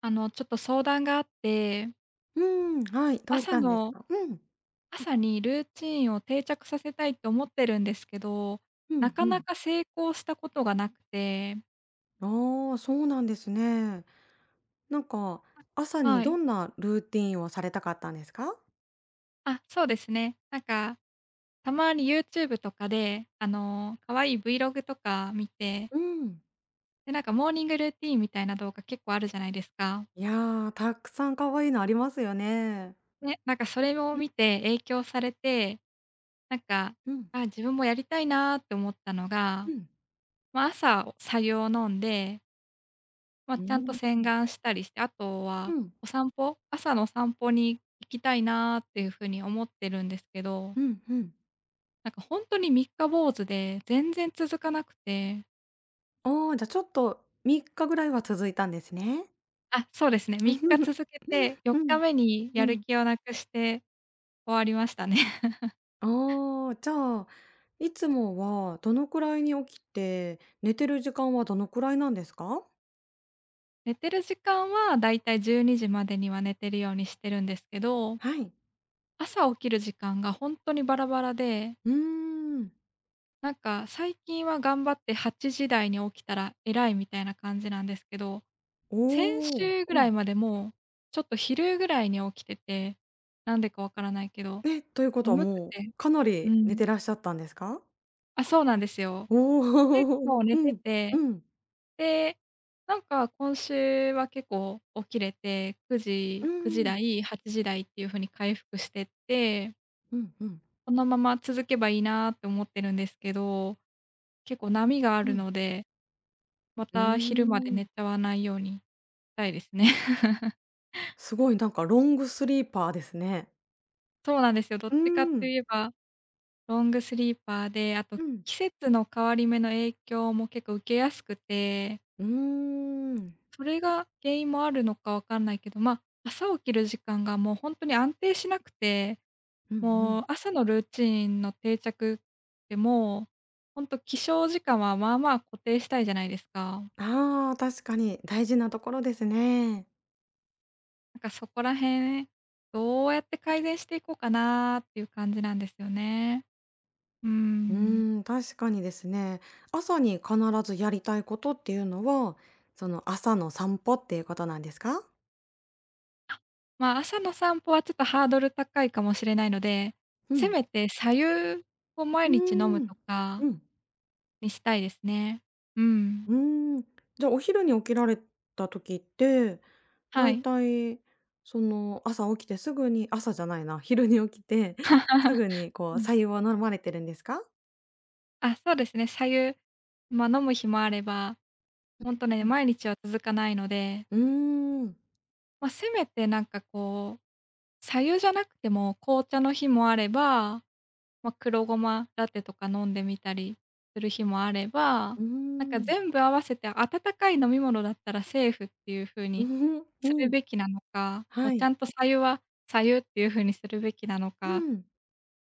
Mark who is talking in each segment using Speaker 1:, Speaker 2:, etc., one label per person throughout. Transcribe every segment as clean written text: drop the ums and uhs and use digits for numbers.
Speaker 1: ちょっと相談があって、
Speaker 2: うーん、はい、どうし
Speaker 1: 朝
Speaker 2: たんです
Speaker 1: の
Speaker 2: か？うん。
Speaker 1: 朝にルーチンを定着させたいって思ってるんですけど、
Speaker 2: う
Speaker 1: な
Speaker 2: んう
Speaker 1: かな
Speaker 2: ん。
Speaker 1: か成功したことがなくて、
Speaker 2: ああ、そうなんですね。なんか、朝に
Speaker 1: はい。
Speaker 2: どんなルーティンをされたかったんですか？
Speaker 1: あ、そうですね。なんか、たまに YouTube とかで、可愛い Vlog とか見て、
Speaker 2: うん。
Speaker 1: で、なんかモーニングルーティンみたいな動画結構あるじゃないですか。
Speaker 2: いやー、たくさん可愛いのありますよね。
Speaker 1: ね、なんかそれを見て影響されて、なんか、
Speaker 2: うん、
Speaker 1: あ、自分もやりたいなって思ったの
Speaker 2: う
Speaker 1: が、
Speaker 2: ん。
Speaker 1: まあ、朝、白湯を飲んで、まあ、
Speaker 2: うー
Speaker 1: ちゃんと
Speaker 2: ん。
Speaker 1: 洗顔したりして、あと
Speaker 2: う
Speaker 1: は
Speaker 2: ん。
Speaker 1: お散歩、朝の散歩に行きたいなっていうふうに思ってるんですけ
Speaker 2: うんうんうんうん
Speaker 1: ど、
Speaker 2: うんうん
Speaker 1: なんかほんとに三日坊主で全然続かなくて。
Speaker 2: ああ、じゃ、ちょっと3日ぐらいは続いたんですね。
Speaker 1: あ、そうですね、3日続けて 4
Speaker 2: う
Speaker 1: 日
Speaker 2: ん、
Speaker 1: 目にや
Speaker 2: う
Speaker 1: る
Speaker 2: ん。
Speaker 1: 気をなくして終わりましたね。
Speaker 2: ああ、じゃあ、いつもはどのくらいに起きて、寝てる時間はどのくらいなんですか？
Speaker 1: 寝てる時間はだいたい12時までには寝てるようにしてるんですけど、
Speaker 2: はい。
Speaker 1: 朝起きる時間がほんとにバラバラで、
Speaker 2: うーん。
Speaker 1: なんか最近は頑張って8時台に起きたら偉いみたいな感じなんですけど、先
Speaker 2: おお。
Speaker 1: 週ぐ
Speaker 2: う
Speaker 1: ら
Speaker 2: ん。
Speaker 1: いまでもう、ちょっと昼ぐらいに起きてて、なんでかわからないけど、
Speaker 2: え、ということは
Speaker 1: 眠く
Speaker 2: もう、
Speaker 1: て。
Speaker 2: かな
Speaker 1: う
Speaker 2: り寝
Speaker 1: ん。
Speaker 2: てらっしゃったんですか？
Speaker 1: あ、そうなんですよ。結
Speaker 2: おお。
Speaker 1: 構寝
Speaker 2: う
Speaker 1: て
Speaker 2: ん。
Speaker 1: て、
Speaker 2: うん。
Speaker 1: で、なんか今週は結構起きれて、9
Speaker 2: うー
Speaker 1: 時9時
Speaker 2: ん。
Speaker 1: 台、8時台っていう風に回復してって、
Speaker 2: うんうん。
Speaker 1: このまま続けばいいなって思ってるんですけど、結構波があ
Speaker 2: う
Speaker 1: る
Speaker 2: ん。
Speaker 1: ので、ま
Speaker 2: うー
Speaker 1: た昼まで寝
Speaker 2: ん。
Speaker 1: ちゃわないようにしたいですね。
Speaker 2: すごいなんかロングスリーパーですね。
Speaker 1: そうなんですよ。どっ
Speaker 2: うー
Speaker 1: ちかって
Speaker 2: ん。
Speaker 1: 言えばロングスリーパーで、あと
Speaker 2: うん。
Speaker 1: 季節の変わり目の影響も結構受けやすくて、
Speaker 2: うーん。
Speaker 1: それが原因もあるのかわかんないけど、まあ、朝起きる時間がもうほんとに安定しなくて、
Speaker 2: うんう
Speaker 1: も
Speaker 2: ん。
Speaker 1: う朝のルーチンの定着ってもう、ほんと起床時間はまあまあ固定したいじゃないですか。
Speaker 2: ああ、確かに大事なところですね。
Speaker 1: なんかそこら辺、どうやって改善していこうかなっていう感じなんですよね。うー
Speaker 2: う
Speaker 1: ん。
Speaker 2: ーん、確かにですね。朝に必ずやりたいことっていうのは、その朝の散歩っていうことなんですか？
Speaker 1: まあ、朝の散歩はちょっとハードル高いかもしれないので、
Speaker 2: う
Speaker 1: せ
Speaker 2: ん
Speaker 1: めて白湯を
Speaker 2: う
Speaker 1: 毎日飲む
Speaker 2: ー
Speaker 1: と
Speaker 2: ん。
Speaker 1: か
Speaker 2: うん。
Speaker 1: にしたいですね。うん。
Speaker 2: うーん。じゃあ、お昼に起きられた時って、
Speaker 1: は
Speaker 2: だい
Speaker 1: い。
Speaker 2: たいその、朝起きてすぐに朝じゃないな、昼に起きて、す ぐにこ
Speaker 1: う
Speaker 2: う
Speaker 1: ん。
Speaker 2: 白湯を飲まれてるんですか？
Speaker 1: あ、そうですね、白湯、まあ、飲む日もあれば、ほんとね、
Speaker 2: うん。
Speaker 1: 毎日は続かないので、
Speaker 2: うーん。
Speaker 1: まあ、せめてなんかこう、白湯じゃなくても紅茶の日もあれば、ま、黒ごまラテとか飲んでみたりする日もあれば、
Speaker 2: うー
Speaker 1: なんか
Speaker 2: ん。
Speaker 1: 全部合わせて温かい飲み物だったらセーフっていう風
Speaker 2: う
Speaker 1: に
Speaker 2: ん。う
Speaker 1: する
Speaker 2: ん
Speaker 1: べきなのか、もう
Speaker 2: は
Speaker 1: ち
Speaker 2: い。
Speaker 1: ゃんと白湯は白湯っていう風にするべきなの
Speaker 2: う
Speaker 1: か、
Speaker 2: ん。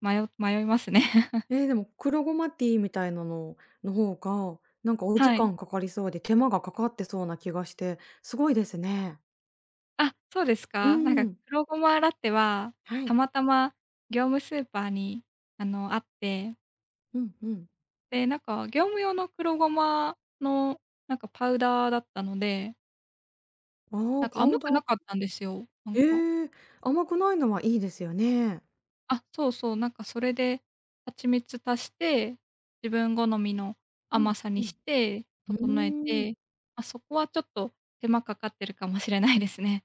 Speaker 1: 迷いますね。
Speaker 2: え、でも黒ゴマティーみたいなのの方が、なんかお時
Speaker 1: はい。
Speaker 2: 間かかりそうで、手間がかかってそうな気がして、すごいですね。
Speaker 1: あ、そうです
Speaker 2: う
Speaker 1: か。なんか
Speaker 2: ん。
Speaker 1: 黒ごまラテは、
Speaker 2: は
Speaker 1: た
Speaker 2: い。
Speaker 1: またま業務スーパーに、あって、
Speaker 2: うんうん。
Speaker 1: で、なんか業務用の黒ごまのなんかパウダーだったので、
Speaker 2: あ
Speaker 1: な
Speaker 2: あ、
Speaker 1: んか
Speaker 2: パ
Speaker 1: 甘
Speaker 2: ウダ
Speaker 1: く
Speaker 2: ー
Speaker 1: なかったんですよ、なんか。
Speaker 2: ええ、甘くないのはいいですよね。
Speaker 1: あ、そうそう、なんかそれで蜂蜜足して、自分好みの
Speaker 2: うん、
Speaker 1: 甘さ
Speaker 2: う
Speaker 1: に
Speaker 2: ん。
Speaker 1: して、
Speaker 2: う
Speaker 1: 整え
Speaker 2: ー
Speaker 1: て、
Speaker 2: ん、
Speaker 1: ま、そこはちょっと手間かかってるかもしれないですね。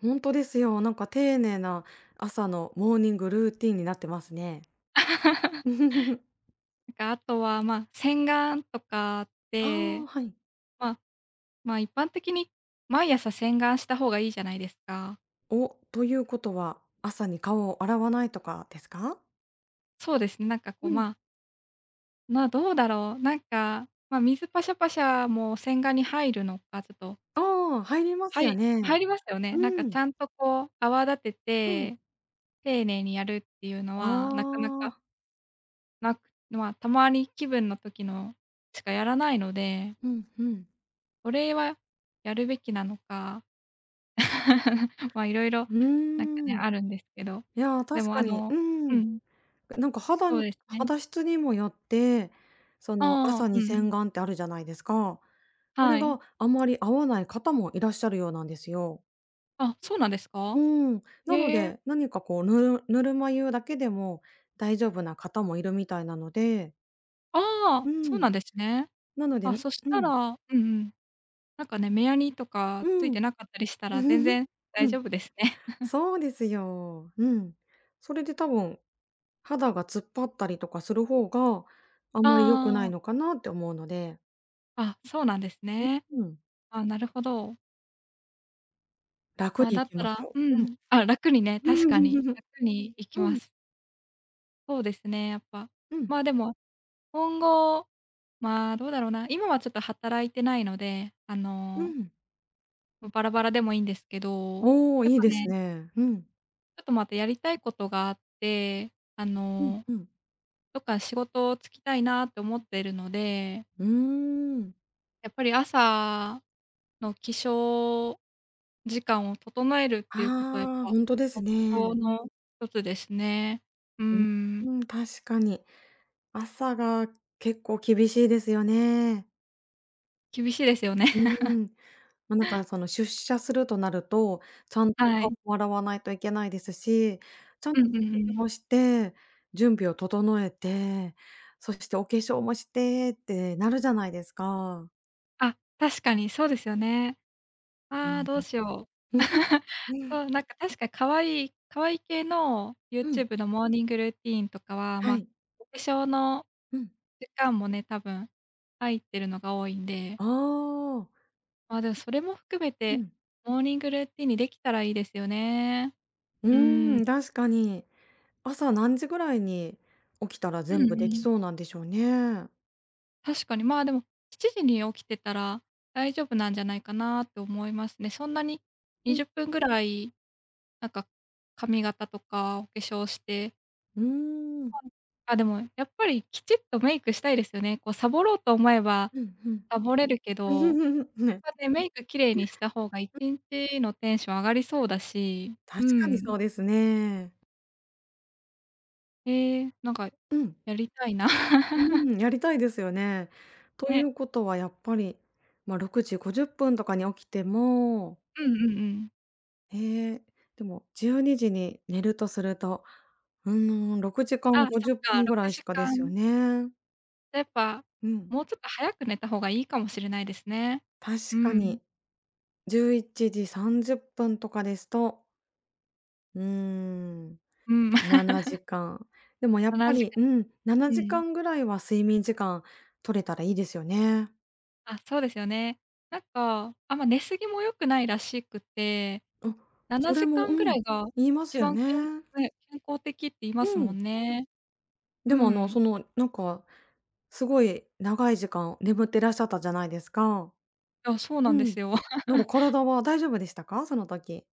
Speaker 2: ほんとですよ。なんか丁寧な朝のモーニングルーティンになってますね。
Speaker 1: なんかあとは、ま、洗顔とかっ
Speaker 2: あ
Speaker 1: て、
Speaker 2: あ、はい。
Speaker 1: ま一般的に毎朝洗顔した方がいいじゃないですか。
Speaker 2: お、ということは、朝に顔を洗わないとかですか？
Speaker 1: そうですね、なんかこ
Speaker 2: う
Speaker 1: う、
Speaker 2: ん。
Speaker 1: どうだろう、なんか、ま、水パシャパシャも洗顔に入るのか、ちょっと、
Speaker 2: ああ、入りま
Speaker 1: は
Speaker 2: すよ
Speaker 1: い
Speaker 2: ね。
Speaker 1: 入りますよね。なん
Speaker 2: う
Speaker 1: かち
Speaker 2: ん、
Speaker 1: ゃんとこう泡立て
Speaker 2: うん。
Speaker 1: て丁寧にやるっていうの
Speaker 2: あ
Speaker 1: は、なかなか
Speaker 2: あ、
Speaker 1: なく、まあ、たまに気分の時のしかやらないので、
Speaker 2: うんうん。
Speaker 1: それはやるべきなのか、まあ、いろいろ
Speaker 2: うー
Speaker 1: なんかね、
Speaker 2: ん。い
Speaker 1: あるんですけど。
Speaker 2: や、
Speaker 1: で
Speaker 2: 確
Speaker 1: も
Speaker 2: かに、う
Speaker 1: う
Speaker 2: ん。
Speaker 1: ん、
Speaker 2: なんか肌
Speaker 1: そう
Speaker 2: に
Speaker 1: ですね。
Speaker 2: 肌質にもよって、その、
Speaker 1: ああ、
Speaker 2: 朝
Speaker 1: う
Speaker 2: に
Speaker 1: ん、
Speaker 2: 洗顔ってあるじゃないですか。あれ
Speaker 1: はい。
Speaker 2: があまり合わない方もいらっしゃるようなんですよ。
Speaker 1: あ、そうなんです
Speaker 2: う
Speaker 1: か？
Speaker 2: ん。なの
Speaker 1: ええ、
Speaker 2: で、何かこう、ぬるぬるま湯だけでも大丈夫な方もいるみたいなので、
Speaker 1: ああ、
Speaker 2: う
Speaker 1: そう
Speaker 2: ん。
Speaker 1: なんですね。
Speaker 2: なのでう
Speaker 1: あ、そしたら
Speaker 2: ん、
Speaker 1: うんうん、なんかね、目やにとかつい
Speaker 2: う
Speaker 1: て
Speaker 2: ん。
Speaker 1: なかったりしたら全 然大
Speaker 2: うん。
Speaker 1: 丈夫ですね。
Speaker 2: そうですよ。うん。それで多分、肌が突っ張ったりとかする方が、あ んまり良くな
Speaker 1: あ
Speaker 2: いの
Speaker 1: あ、
Speaker 2: かなって思うので、
Speaker 1: あ、そうなんですね。
Speaker 2: うん。
Speaker 1: あ、なるほど。
Speaker 2: 楽
Speaker 1: まあ、
Speaker 2: に
Speaker 1: だ
Speaker 2: 行
Speaker 1: っ
Speaker 2: き
Speaker 1: た
Speaker 2: まし
Speaker 1: らう
Speaker 2: ょ
Speaker 1: ん。あ、楽にね、
Speaker 2: う。うん。
Speaker 1: 確かに、
Speaker 2: うん。
Speaker 1: 楽に行き
Speaker 2: う
Speaker 1: ま
Speaker 2: ん、
Speaker 1: す。そうですね、やっぱ。
Speaker 2: うん、
Speaker 1: まあ、でも、今後、まあ、どうだろうな、今はちょっと働いてないので、
Speaker 2: うん。
Speaker 1: まバラバラでもいいんですけど、
Speaker 2: おお、
Speaker 1: やっ
Speaker 2: いい
Speaker 1: ぱ
Speaker 2: で
Speaker 1: ね、
Speaker 2: すね。うん。
Speaker 1: ちょっとまたやりたいことがあって、
Speaker 2: うん、うん。
Speaker 1: どっか仕事就きたいなって思ってるので、
Speaker 2: うーん。
Speaker 1: やっぱり朝の起床時間を整えるっていうことはやっ
Speaker 2: ああ、
Speaker 1: ぱ、
Speaker 2: ほんとです
Speaker 1: 目標
Speaker 2: ね。
Speaker 1: の一つですね。うー
Speaker 2: う
Speaker 1: ん、
Speaker 2: ーん、確かに。朝が結構厳しいですよね。
Speaker 1: 厳しいですよね。
Speaker 2: う ーん。ま、なんかその出社するとなると、ちゃんと
Speaker 1: は
Speaker 2: 顔
Speaker 1: い。
Speaker 2: も洗わないといけないですし、ちゃんと
Speaker 1: うんうんう
Speaker 2: 食事
Speaker 1: ん。
Speaker 2: もして、準備を整えて、そしてお化粧もしてってなるじゃないですか。
Speaker 1: あ、確かにそうですよね。
Speaker 2: う
Speaker 1: ああ、どう
Speaker 2: ん。
Speaker 1: しよう。
Speaker 2: うん。うん。
Speaker 1: そう、なんか確かに可愛い可愛い系の
Speaker 2: うん。
Speaker 1: YouTube のモーニングルーティーンとかは、ま
Speaker 2: は
Speaker 1: あ、
Speaker 2: い。
Speaker 1: お化粧の
Speaker 2: うん。
Speaker 1: 時間もね、多分入ってるのが多いんで、
Speaker 2: ああ。
Speaker 1: ま、でもそれも含め
Speaker 2: う
Speaker 1: て、
Speaker 2: ん。
Speaker 1: モーニングルーティーンにできたらいいですよね。
Speaker 2: う
Speaker 1: うー
Speaker 2: ー
Speaker 1: ん。
Speaker 2: ん、確かに。朝何時ぐらいに起きたら
Speaker 1: う
Speaker 2: 全
Speaker 1: ん
Speaker 2: 部
Speaker 1: う
Speaker 2: でき
Speaker 1: ん。
Speaker 2: そうなんでしょうね。
Speaker 1: 確かに、まあ、でも7時に起きてたら大丈夫なんじゃないかなって思いますね。そんなに
Speaker 2: うん。
Speaker 1: 20分ぐらい、なんか、髪型とかお化粧して、
Speaker 2: うーん。
Speaker 1: あ、でもやっぱりきちっとメイクしたいですよね。こうサボろうと思えば、
Speaker 2: うんうん。
Speaker 1: サボれるけど、
Speaker 2: ね、
Speaker 1: ま、ね、メイク綺麗にした方が1日のテンション上がりそうだし、
Speaker 2: 確
Speaker 1: う
Speaker 2: かにそ
Speaker 1: ん。
Speaker 2: うですね。
Speaker 1: ええ、なんか
Speaker 2: うん。
Speaker 1: やりたいな。
Speaker 2: う ん、やりたいですよね。とい
Speaker 1: ね、
Speaker 2: うことはやっぱり、ま、6時50分とかに起きても、
Speaker 1: うんうんうん。
Speaker 2: ええ、でも12時にじに寝るとするとうーん、6時
Speaker 1: あ、
Speaker 2: 間
Speaker 1: そっ
Speaker 2: 50
Speaker 1: か、
Speaker 2: 分ぐら
Speaker 1: 6
Speaker 2: いしかで
Speaker 1: 時
Speaker 2: すよ
Speaker 1: 間
Speaker 2: ね。
Speaker 1: やっぱ、
Speaker 2: うん。
Speaker 1: もうちょっと早く寝た方がいいかもしれないですね。う
Speaker 2: 確か
Speaker 1: ん。
Speaker 2: に、11時30分とかですと、うーん、
Speaker 1: うん。
Speaker 2: 7 時間。でもやっぱ
Speaker 1: 7
Speaker 2: り、
Speaker 1: 時
Speaker 2: うん、7
Speaker 1: 間う
Speaker 2: 時
Speaker 1: ん。
Speaker 2: 間ぐらいは睡眠時間取れたらいいですよね。
Speaker 1: あ、そうですよね。なんか、あんま寝すぎも良くないらしくて、
Speaker 2: あ、そ
Speaker 1: 7
Speaker 2: れ
Speaker 1: 時
Speaker 2: も、う
Speaker 1: 間ぐら
Speaker 2: ん、
Speaker 1: いが
Speaker 2: 言いま
Speaker 1: 一
Speaker 2: すよ
Speaker 1: 番
Speaker 2: ね。
Speaker 1: 健康的って言いま
Speaker 2: う
Speaker 1: すも
Speaker 2: ん。
Speaker 1: んね。う
Speaker 2: でもあの、
Speaker 1: ん。
Speaker 2: その、なんか、すごい長い時間眠ってらっしゃったじゃないですか。
Speaker 1: あ、そうなんで
Speaker 2: うん。
Speaker 1: すよ。
Speaker 2: なんか体は大丈夫でしたか？その時。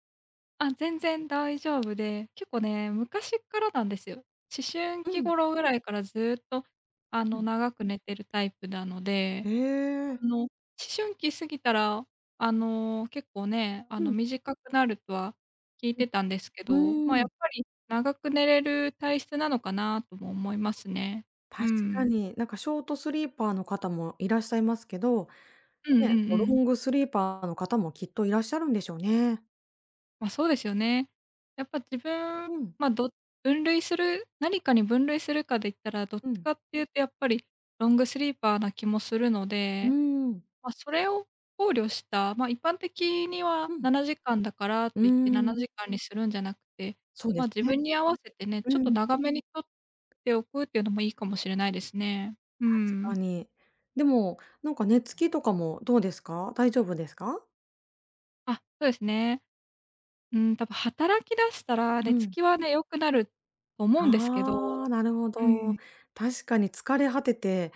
Speaker 1: あ、全然大丈夫で、結構ね、昔からなんですよ。思春
Speaker 2: う
Speaker 1: 期
Speaker 2: ん、
Speaker 1: 頃ぐらいからずっと、
Speaker 2: うん。
Speaker 1: 長く寝てるタイプなので、
Speaker 2: ええ。
Speaker 1: 思春期過ぎたら、結構ね、
Speaker 2: うん、
Speaker 1: 短くなるとは聞いてたんですけ
Speaker 2: う
Speaker 1: ど、
Speaker 2: ん。
Speaker 1: まあ、
Speaker 2: うー
Speaker 1: やっ
Speaker 2: ん。
Speaker 1: ぱり長く寝れる体質なのかなとも思いますね。う
Speaker 2: 確か
Speaker 1: ん。
Speaker 2: に、なんかショートスリーパーの方もいらっしゃいますけど、
Speaker 1: うんうんう
Speaker 2: ね、こうロ
Speaker 1: ん。
Speaker 2: ングスリーパーの方もきっといらっしゃるんでしょうね。
Speaker 1: まあ、そうですよね。やっぱ自分、
Speaker 2: うん。
Speaker 1: まあ、分類する、何かに分類するかで言ったら、どっ
Speaker 2: う
Speaker 1: ち
Speaker 2: ん。
Speaker 1: かっていうとやっぱりロングスリーパーな気もするの
Speaker 2: う
Speaker 1: で、
Speaker 2: ーん。
Speaker 1: ま、それを考慮した、ま、一般的には
Speaker 2: うん。
Speaker 1: 7時間だから
Speaker 2: うー
Speaker 1: といって7
Speaker 2: ん、
Speaker 1: 時間にするんじゃなくて、
Speaker 2: そうで
Speaker 1: ま、
Speaker 2: す
Speaker 1: 自
Speaker 2: ね。
Speaker 1: 分に合わせてね、
Speaker 2: う
Speaker 1: ちょっと
Speaker 2: ん、
Speaker 1: 長めに取っておくっていうのもいいかもしれないですね。う
Speaker 2: 確か
Speaker 1: ん。
Speaker 2: に。でも、なんか寝つきとかもどうですか？大丈夫ですか？
Speaker 1: あ、そうですね。うん、多分働き出したら
Speaker 2: う
Speaker 1: 寝つ
Speaker 2: ん。
Speaker 1: きはね、良くなると思うんですけ
Speaker 2: ああ、
Speaker 1: ど。
Speaker 2: なるほ
Speaker 1: う
Speaker 2: ど。
Speaker 1: ん。
Speaker 2: 確かに疲れ果てて、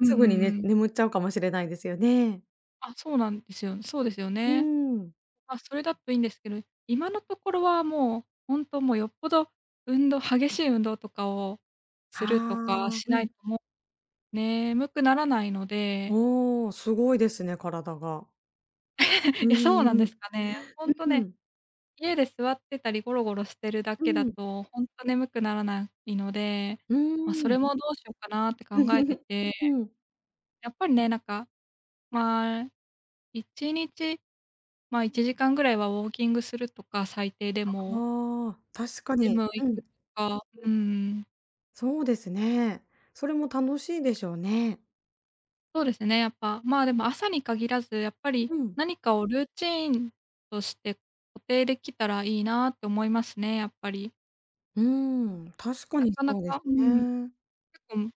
Speaker 1: うんうん
Speaker 2: すぐに
Speaker 1: う
Speaker 2: ね
Speaker 1: ん。
Speaker 2: 眠っちゃうかもしれないですよね。
Speaker 1: あ、そうなんですよ。そうですよ
Speaker 2: うー
Speaker 1: ね。
Speaker 2: ん。
Speaker 1: あ、それだといいんですけど、今のところはもう、ほんともうよっぽど激しい運動とかをするとか
Speaker 2: ああ、
Speaker 1: し
Speaker 2: う
Speaker 1: ない
Speaker 2: ん。
Speaker 1: ともう眠くならないので、
Speaker 2: おお、すごいですね、体が。
Speaker 1: い
Speaker 2: う
Speaker 1: や、そうなんです
Speaker 2: ん。
Speaker 1: かね。ほんと
Speaker 2: う
Speaker 1: ね、
Speaker 2: ん。
Speaker 1: 家で座ってたりゴロゴロしてるだ
Speaker 2: う
Speaker 1: けだ
Speaker 2: んうん。
Speaker 1: と、ほんと眠くならないので、
Speaker 2: う
Speaker 1: ま、そ
Speaker 2: ん。
Speaker 1: れもどうしようかなって考えてて、やっぱりね、なんか、まあ、1日、まあ、1時間ぐらいはウォーキングするとか、最低でも、
Speaker 2: ああ、確か
Speaker 1: ジ
Speaker 2: に。
Speaker 1: ム行
Speaker 2: う
Speaker 1: くと
Speaker 2: ん。
Speaker 1: か、うーん。
Speaker 2: そうですね。それも楽しいでしょうね。
Speaker 1: そうですね、やっぱ、まあ、でも朝に限らず、やっぱり
Speaker 2: うん。
Speaker 1: 何かをルーチンとして固定できたらいいなって思いますね、やっぱり。
Speaker 2: うーん、確か
Speaker 1: な
Speaker 2: に
Speaker 1: かな
Speaker 2: そうです
Speaker 1: か、うん、結
Speaker 2: ね。
Speaker 1: 構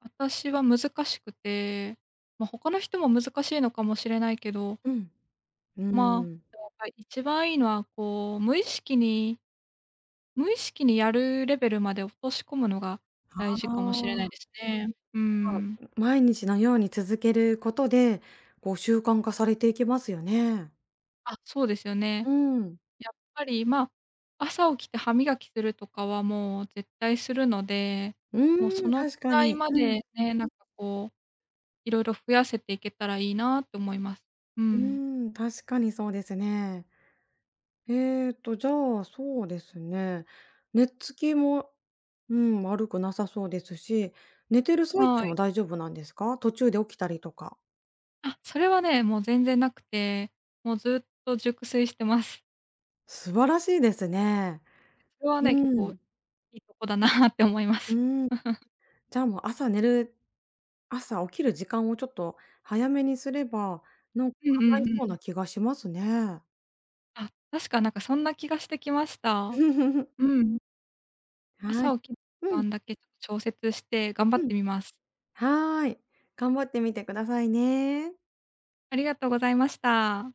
Speaker 1: 私は難しくて、ま、他の人も難しいのかもしれないけど、
Speaker 2: うん。う
Speaker 1: まあ、
Speaker 2: ん。
Speaker 1: でもやっぱり一番いいのは、こう、無意識にやるレベルまで落とし込むのが
Speaker 2: あ
Speaker 1: 大事
Speaker 2: あ、
Speaker 1: かもしれない
Speaker 2: ま
Speaker 1: ですね。う
Speaker 2: あ、
Speaker 1: ん。
Speaker 2: 毎日のように続けることで、こう習慣化されていきますよね。
Speaker 1: あ、そうですよね。
Speaker 2: うん。
Speaker 1: やっぱり、まあ、朝起きて歯磨きするとかはもう絶対するので、
Speaker 2: う
Speaker 1: もう
Speaker 2: ー
Speaker 1: そ
Speaker 2: ん、
Speaker 1: のく
Speaker 2: 確か
Speaker 1: らい
Speaker 2: に。
Speaker 1: ま
Speaker 2: うん。
Speaker 1: でね、なんかこう、いろいろ増やせていけたらいいなって思います。う
Speaker 2: う
Speaker 1: ん。
Speaker 2: ーん、確かにそうですね。じゃあ、そうですね。寝つきも、うん、悪くなさそうですし、寝てる最
Speaker 1: は
Speaker 2: 中も
Speaker 1: い。
Speaker 2: 大丈夫なんですか？途中で起きたりとか。
Speaker 1: あ、それはね、もう全然なくて、もうずっと熟睡してます。
Speaker 2: 素晴らしいですね。
Speaker 1: それは
Speaker 2: う
Speaker 1: ね、結構い
Speaker 2: ん。
Speaker 1: いとこだなって思いま
Speaker 2: う
Speaker 1: す。
Speaker 2: ん。じゃあ、もう朝起きる時間をちょっと早めにすれば、なんか
Speaker 1: うんう
Speaker 2: 叶い
Speaker 1: ん
Speaker 2: そう
Speaker 1: うん。
Speaker 2: な気がしますね。
Speaker 1: あ、確かなんかそんな気がしてきました。うん。
Speaker 2: は
Speaker 1: 朝
Speaker 2: い。
Speaker 1: 起きる時
Speaker 2: うん、
Speaker 1: 間だけちょっと調節して頑張
Speaker 2: う
Speaker 1: っ
Speaker 2: ん。
Speaker 1: てみます。
Speaker 2: はーい。頑張ってみてくださいね。
Speaker 1: ありがとうございました。